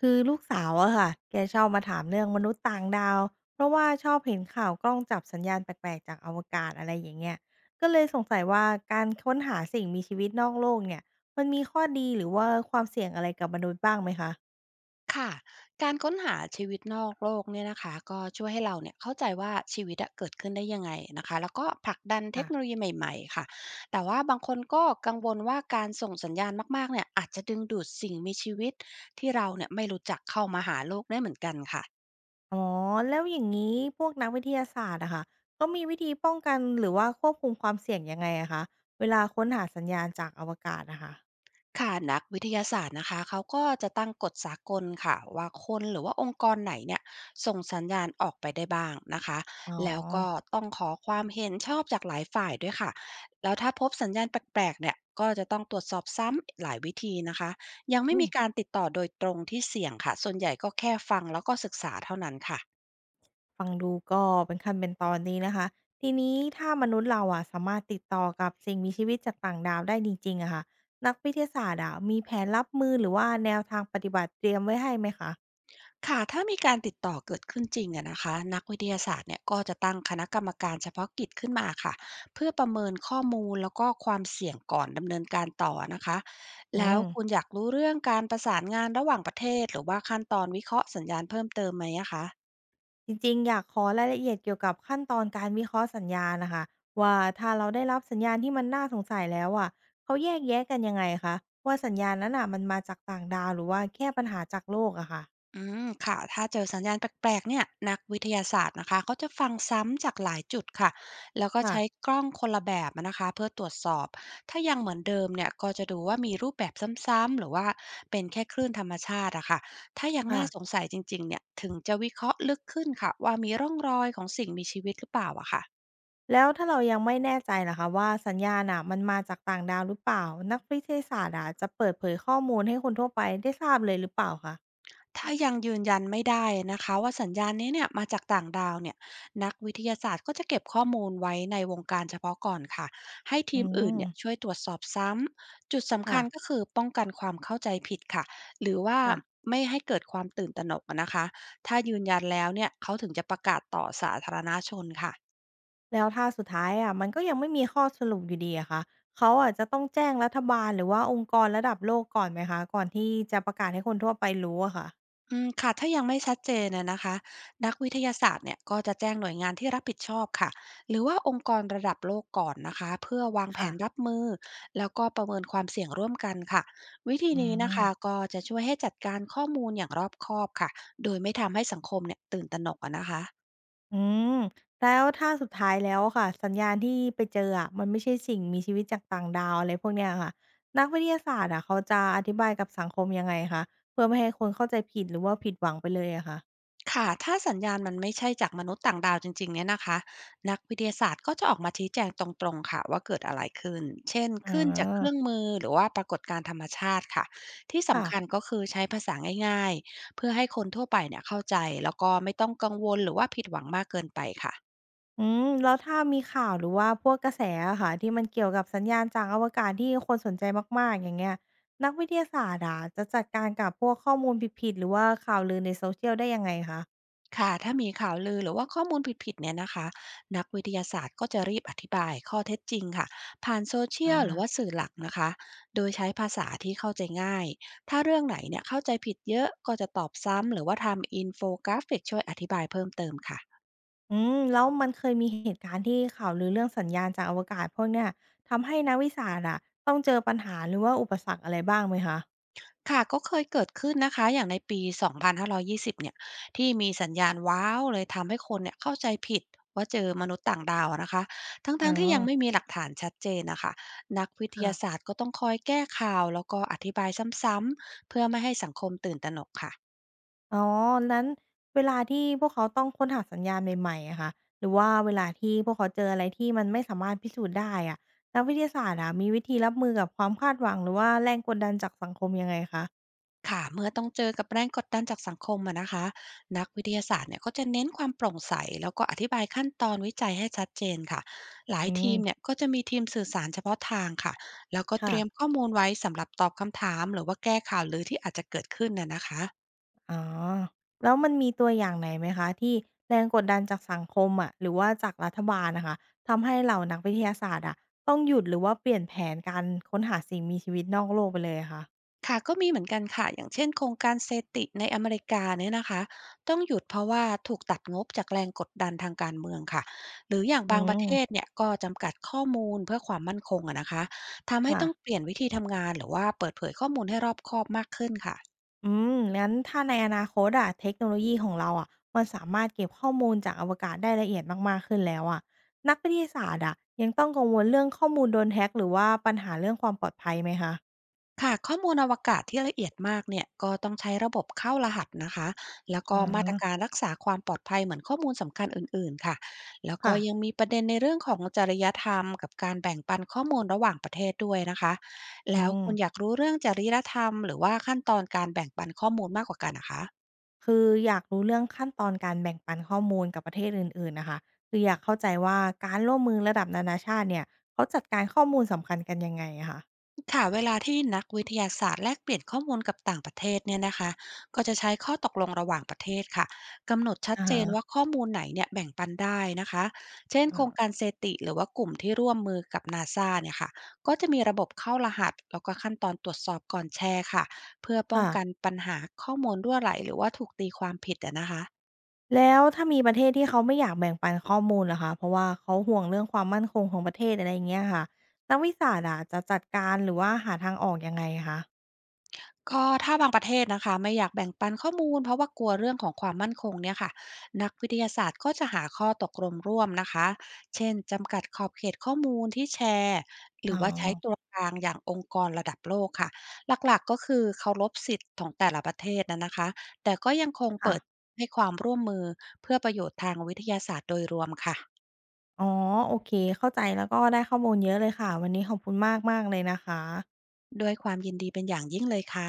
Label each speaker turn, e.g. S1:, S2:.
S1: คือลูกสาวอะค่ะ แกชอบมาถามเรื่องมนุษย์ต่างดาว เพราะว่าชอบเห็นข่าวกล้องจับสัญญาณแปลกๆจากอวกาศอะไรอย่างเงี้ย ก็เลยสงสัยว่าการค้นหาสิ่งมีชีวิตนอกโลกเนี่ย มันมีข้อดีหรือว่าความเสี่ยงอะไรกับมนุษย์บ้างไหมคะ
S2: ค่ะการค้นหาชีวิตนอกโลกเนี่ยนะคะก็ช่วยให้เราเนี่ยเข้าใจว่าชีวิตอะเกิดขึ้นได้ยังไงนะคะแล้วก็ผลักดันเท
S1: ค่ะ
S2: คโนโลยีใหม่ๆค่ะแต่ว่าบางคนก็กังวลว่าการส่งสัญญาณมากๆเนี่ยอาจจะดึงดูดสิ่งมีชีวิตที่เราเนี่ยไม่รู้จักเข้ามาหาโลกได้เหมือนกันค่ะ
S1: อ๋อ แล้วอย่างนี้พวกนักวิทยาศาสตร์อะค่ะก็มีวิธีป้องกันหรือว่าควบคุมความเสี่ยงยังไงอะคะเวลาค้นหาสัญญาณจากอวกาศอะค่ะ
S2: ค่ะนักวิทยาศาสตร์นะคะเขาก็จะตั้งกฎสากลค่ะว่าคนหรือว่าองค์กรไหนเนี่ยส่งสัญญาณออกไปได้บ้างนะคะ
S1: อ๋อ
S2: แล้วก็ต้องขอความเห็นชอบจากหลายฝ่ายด้วยค่ะแล้วถ้าพบสัญญาณแปลกๆเนี่ยก็จะต้องตรวจสอบซ้ำหลายวิธีนะคะยังไม่
S1: อืม
S2: มีการติดต่อโดยตรงที่เสี่ยงค่ะส่วนใหญ่ก็แค่ฟังแล้วก็ศึกษาเท่านั้นค่ะ
S1: ฟังดูก็เป็นขั้นเป็นตอนนี้นะคะทีนี้ถ้ามนุษย์เราอะสามารถติดต่อกับสิ่งมีชีวิตจากต่างดาวได้จริงๆอะค่ะนักวิทยาศาสตร์อะมีแผนรับมือหรือว่าแนวทางปฏิบัติเตรียมไว้ให้ไหมคะ
S2: ค่ะถ้ามีการติดต่อเกิดขึ้นจริงอะนะคะนักวิทยาศาสตร์เนี่ยก็จะตั้งคณะกรรมการเฉพาะกิจขึ้นมาค่ะเพื่อประเมินข้อมูลแล้วก็ความเสี่ยงก่อนดำเนินการต่อนะคะ
S1: อื
S2: แล้ว
S1: ม
S2: คุณอยากรู้เรื่องการประสานงานระหว่างประเทศหรือว่าขั้นตอนวิเคราะห์สัญญาณเพิ่มเติมไหมอะคะ
S1: จริงๆอยากขอรายละเอียดเกี่ยวกับขั้นตอนการวิเคราะห์สัญญาณนะคะว่าถ้าเราได้รับสัญญาณที่มันน่าสงสัยแล้วอะเขาแยกแยะกันยังไงคะว่าสัญญาณนั้นอ่ะมันมาจากต่างดาวหรือว่าแค่ปัญหาจากโลกอะค่ะ
S2: อืมค่ะถ้าเจอสัญญาณแปลกๆเนี่ยนักวิทยาศาสตร์นะคะเขาจะฟังซ้ำจากหลายจุดค่ะแล้วก็
S1: ค่ะ
S2: ใช้กล้องคนละแบบนะคะเพื่อตรวจสอบถ้ายังเหมือนเดิมเนี่ยก็จะดูว่ามีรูปแบบซ้ำๆหรือว่าเป็นแค่คลื่นธรรมชาติอะค่ะถ้ายัง
S1: ค่ะ
S2: น่าสงสัยจริงๆเนี่ยถึงจะวิเคราะห์ลึกขึ้นค่ะว่ามีร่องรอยของสิ่งมีชีวิตหรือเปล่าอะค่ะ
S1: แล้วถ้าเรายังไม่แน่ใจล่ะคะว่าสัญญาณน่ะมันมาจากต่างดาวหรือเปล่านักวิทยาศาสตร์อะจะเปิดเผยข้อมูลให้คนทั่วไปได้ทราบเลยหรือเปล่าคะ
S2: ถ้ายังยืนยันไม่ได้นะคะว่าสัญญาณนี้เนี่ยมาจากต่างดาวเนี่ยนักวิทยาศาสตร์ก็จะเก็บข้อมูลไว้ในวงการเฉพาะก่อนค่ะให้
S1: อื
S2: ทีมอื่น
S1: ม
S2: เนี่ยช่วยตรวจสอบซ้ำจุดสำ
S1: ค่ะ
S2: คัญก็คือป้องกันความเข้าใจผิดค่ะหรือว่า
S1: ค่ะ
S2: ไม่ให้เกิดความตื่นตระหนกนะคะถ้ายืนยันแล้วเนี่ยเขาถึงจะประกาศต่อสาธารณชนค่ะ
S1: แล้วถ้าสุดท้ายอะมันก็ยังไม่มีข้อสรุปอยู่ดีอะคะเขาอะจะต้องแจ้งรัฐบาลหรือว่าองค์กรระดับโลกก่อนไหมคะก่อนที่จะประกาศให้คนทั่วไปรู้อะค่ะ
S2: อืมค่ะถ้ายังไม่ชัดเจนอะนะคะนักวิทยาศาสตร์เนี่ยก็จะแจ้งหน่วยงานที่รับผิดชอบค่ะหรือว่าองค์กรระดับโลกก่อนนะคะเพื่อวางแผ
S1: ค่ะ
S2: นรับมือแล้วก็ประเมินความเสี่ยงร่วมกันค่ะวิธี
S1: อื
S2: นี้นะคะ
S1: ม
S2: ก็จะช่วยให้จัดการข้อมูลอย่างรอบคอบค่ะโดยไม่ทำให้สังคมเนี่ยตื่นตระหนกอะนะคะ
S1: อืมแล้วถ้าสุดท้ายแล้วอะค่ะสัญญาณที่ไปเจออะมันไม่ใช่สิ่งมีชีวิตจากต่างดาวอะไรพวกเนี้ยค่ะนักวิทยาศาสตร์อะเขาจะอธิบายกับสังคมยังไงคะเพื่อไม่ให้คนเข้าใจผิดหรือว่าผิดหวังไปเลยอะค่ะ
S2: ค่ะถ้าสัญญาณมันไม่ใช่จากมนุษย์ต่างดาวจริงๆเนี่ยนะคะนักวิทยาศาสตร์ก็จะออกมาชี้แจงตรงๆค่ะว่าเกิดอะไรขึ้น เช่น
S1: อ
S2: ขึ้นจากเครื่
S1: า
S2: องมือหรือว่าปรากฏการณ์ธรรมชาติค่ะที่
S1: ค่ะ
S2: สำคัญก็คือใช้ภาษาง่ายๆเพื่อให้คนทั่วไปเนี่ยเข้าใจแล้วก็ไม่ต้องกังวลหรือว่าผิดหวังมากเกินไปค่ะ
S1: อืมแล้วถ้ามีข่าวหรือว่าพวกกระแสอะค่ะที่มันเกี่ยวกับสัญญาณจากอวกาศที่คนสนใจมากๆอย่างเงี้ยนักวิทยาศาสตร์อะจะจัดการกับพวกข้อมูลผิดๆหรือว่าข่าวลือในโซเชียลได้ยังไงคะ
S2: ค่ะถ้ามีข่าวลือหรือว่าข้อมูลผิดๆเนี่ยนะคะนักวิทยาศาสตร์ก็จะรีบอธิบายข้อเท็จจริงค่ะผ่านโซเชีย
S1: อา
S2: ลหรือว่าสื่อหลักนะคะโดยใช้ภาษาที่เข้าใจง่ายถ้าเรื่องไหนเนี่ยเข้าใจผิดเยอะก็จะตอบซ้ำหรือว่าทำอินโฟกราฟิกช่วยอธิบายเพิ่มเติมค่ะ
S1: อืมแล้วมันเคยมีเหตุการณ์ที่ข่าวลือเรื่องสัญญาณจากอวกาศพวกเนี้ยทำให้นักวิสาสตร์อะต้องเจอปัญหาหรือว่าอุปสรรคอะไรบ้างไหมคะ
S2: ค่ะก็เคยเกิดขึ้นนะคะอย่างในปี 2520เนี่ยที่มีสัญญาณว้าวเลยทำให้คนเนี่ยเข้าใจผิดว่าเจอมนุษย์ต่างดาวอะนะคะ
S1: อ๋อ
S2: ทั้งๆทที่ยังไม่มีหลักฐานชัดเจนนะคะนักวิท
S1: ค่ะ
S2: ยาศาสตร์ก็ต้องคอยแก้ข่าวแล้วก็อธิบายซ้ำๆ เพื่อไม่ให้สังคมตื่นตระหนกค่ะ
S1: อ๋อนั้นเวลาที่พวกเขาต้องค้นหาสัญญาณใหม่ๆอะค่ะหรือว่าเวลาที่พวกเขาเจออะไรที่มันไม่สามารถพิสูจน์ได้อะนักวิทยาศาสตร์อะมีวิธีรับมือกับความคาดหวังหรือว่าแรงกดดันจากสังคมยังไงคะ
S2: ค่ะเมื่อต้องเจอกับแรงกดดันจากสังคมอะนะคะนักวิทยาศาสตร์เนี่ยก็จะเน้นความโปร่งใสแล้วก็อธิบายขั้นตอนวิจัยให้ชัดเจนค่ะหลาย
S1: อืม
S2: ทีมเนี่ยก็จะมีทีมสื่อสารเฉพาะทางค่ะแล้วก็เต
S1: ค่ะ
S2: รียมข้อมูลไว้สำหรับตอบคำถามหรือว่าแก้ข่าวลือที่อาจจะเกิดขึ้นน่ะนะคะ
S1: อ๋อแล้วมันมีตัวอย่างไหนไหมคะที่แรงกดดันจากสังคมอะหรือว่าจากรัฐบาลน่ะค่ะทำให้เหล่านักวิทยาศาสตร์อะต้องหยุดหรือว่าเปลี่ยนแผนการค้นหาสิ่งมีชีวิตนอกโลกไปเลยอะคะ
S2: ค่ะก็มีเหมือนกันค่ะอย่างเช่นโครงการเซติในอเมริกาเนี่ยนะคะต้องหยุดเพราะว่าถูกตัดงบจากแรงกดดันทางการเมืองค่ะหรืออย่าง
S1: อื
S2: บางประเทศ
S1: ม
S2: เนี่ยก็จำกัดข้อมูลเพื่อความมั่นคงอะนะคะทำให้
S1: ค่ะ
S2: ต้องเปลี่ยนวิธีทำงานหรือว่าเปิดเผยข้อมูลให้รอบคอบมากขึ้นค่ะ
S1: อืมงั้นถ้าในอนาคตอะเทคโนโลยีของเราอะมันสามารถเก็บข้อมูลจากอวกาศได้ละเอียดมากๆขึ้นแล้วอะนักวิทยาศาสตร์อะยังต้องกังวลเรื่องข้อมูลโดนแฮ็กหรือว่าปัญหาเรื่องความปลอดภัยไหมคะ
S2: ค่ะข้อมูลอวกาศที่ละเอียดมากเนี่ยก็ต้องใช้ระบบเข้ารหัสนะคะแล้ว
S1: อ๋อ
S2: ก็มาตรการรักษาความปลอดภัยเหมือนข้อมูลสำคัญอื่นๆค่ะแล้วก็
S1: ค่ะ
S2: ยังมีประเด็นในเรื่องของจริยธรรมกับการแบ่งปันข้อมูลระหว่างประเทศด้วยนะคะ
S1: อื
S2: แล้วคุณอ
S1: ม
S2: ยากรู้เรื่องจริยธรรมหรือว่าขั้นตอนการแบ่งปันข้อมูลมากกว่ากันนะคะ
S1: คืออยากรู้เรื่องขั้นตอนการแบ่งปันข้อมูลกับประเทศอื่นๆนะคะคืออยากเข้าใจว่าการร่วมมือระดับนานาชาติเนี่ยเขาจัดการข้อมูลสำคัญกันยังไงอะคะ
S2: ค่ะเวลาที่นักวิทยาศาสตร์แลกเปลี่ยนข้อมูลกับต่างประเทศเนี่ยนะคะก็จะใช้ข้อตกลงระหว่างประเทศค่ะกำหนดชัด
S1: อะ
S2: เจ
S1: ฮะ
S2: นว่าข้อมูลไหนเนี่ยแบ่งปันได้นะคะเช่นโคร
S1: อ่า
S2: งการเซติหรือว่ากลุ่มที่ร่วมมือกับนาซาเนี่ยค่ะก็จะมีระบบเข้ารหัสแล้วก็ขั้นตอนตรวจสอบก่อนแชร์ค่ะเพื่อป้อง
S1: ค่ะ
S2: กันปัญหาข้อมูลรั่วไหลหรือว่าถูกตีความผิดอะนะคะ
S1: แล้วถ้ามีประเทศที่เขาไม่อยากแบ่งปันข้อมูลล่ะคะเพราะว่าเขาห่วงเรื่องความมั่นคงของประเทศอะไรอย่างเงี้ยค่ะนักวิชาศาสรอะจะจัดการหรือว่าหาทางออกยังไงคะ
S2: ก็ถ้าบางประเทศนะคะไม่อยากแบ่งปันข้อมูลเพราะว่ากลัวเรื่องของความมั่นคงเนี่ยค่ะนักวิทยาศาสตร์ก็จะหาข้อตกลงร่วมนะคะเช่นจำกัดขอบเขตข้อมูลที่แชร์หรื
S1: อ๋อ
S2: อว่าใช้ตัวกลางอย่างองค์กรระดับโลกค่ะหลักๆก็คือเคารพสิทธิ์ของแต่ละประเทศนะนะคะแต่ก็ยังคง
S1: ค่ะ
S2: เปิดให้ความร่วมมือเพื่อประโยชน์ทางวิทยาศาสตร์โดยรวมค่ะ
S1: อ๋อโอเคเข้าใจแล้วก็ได้ข้อมูลเยอะเลยค่ะวันนี้ขอบคุณมากมากเลยนะคะ
S2: ด้วยความยินดีเป็นอย่างยิ่งเลยค่ะ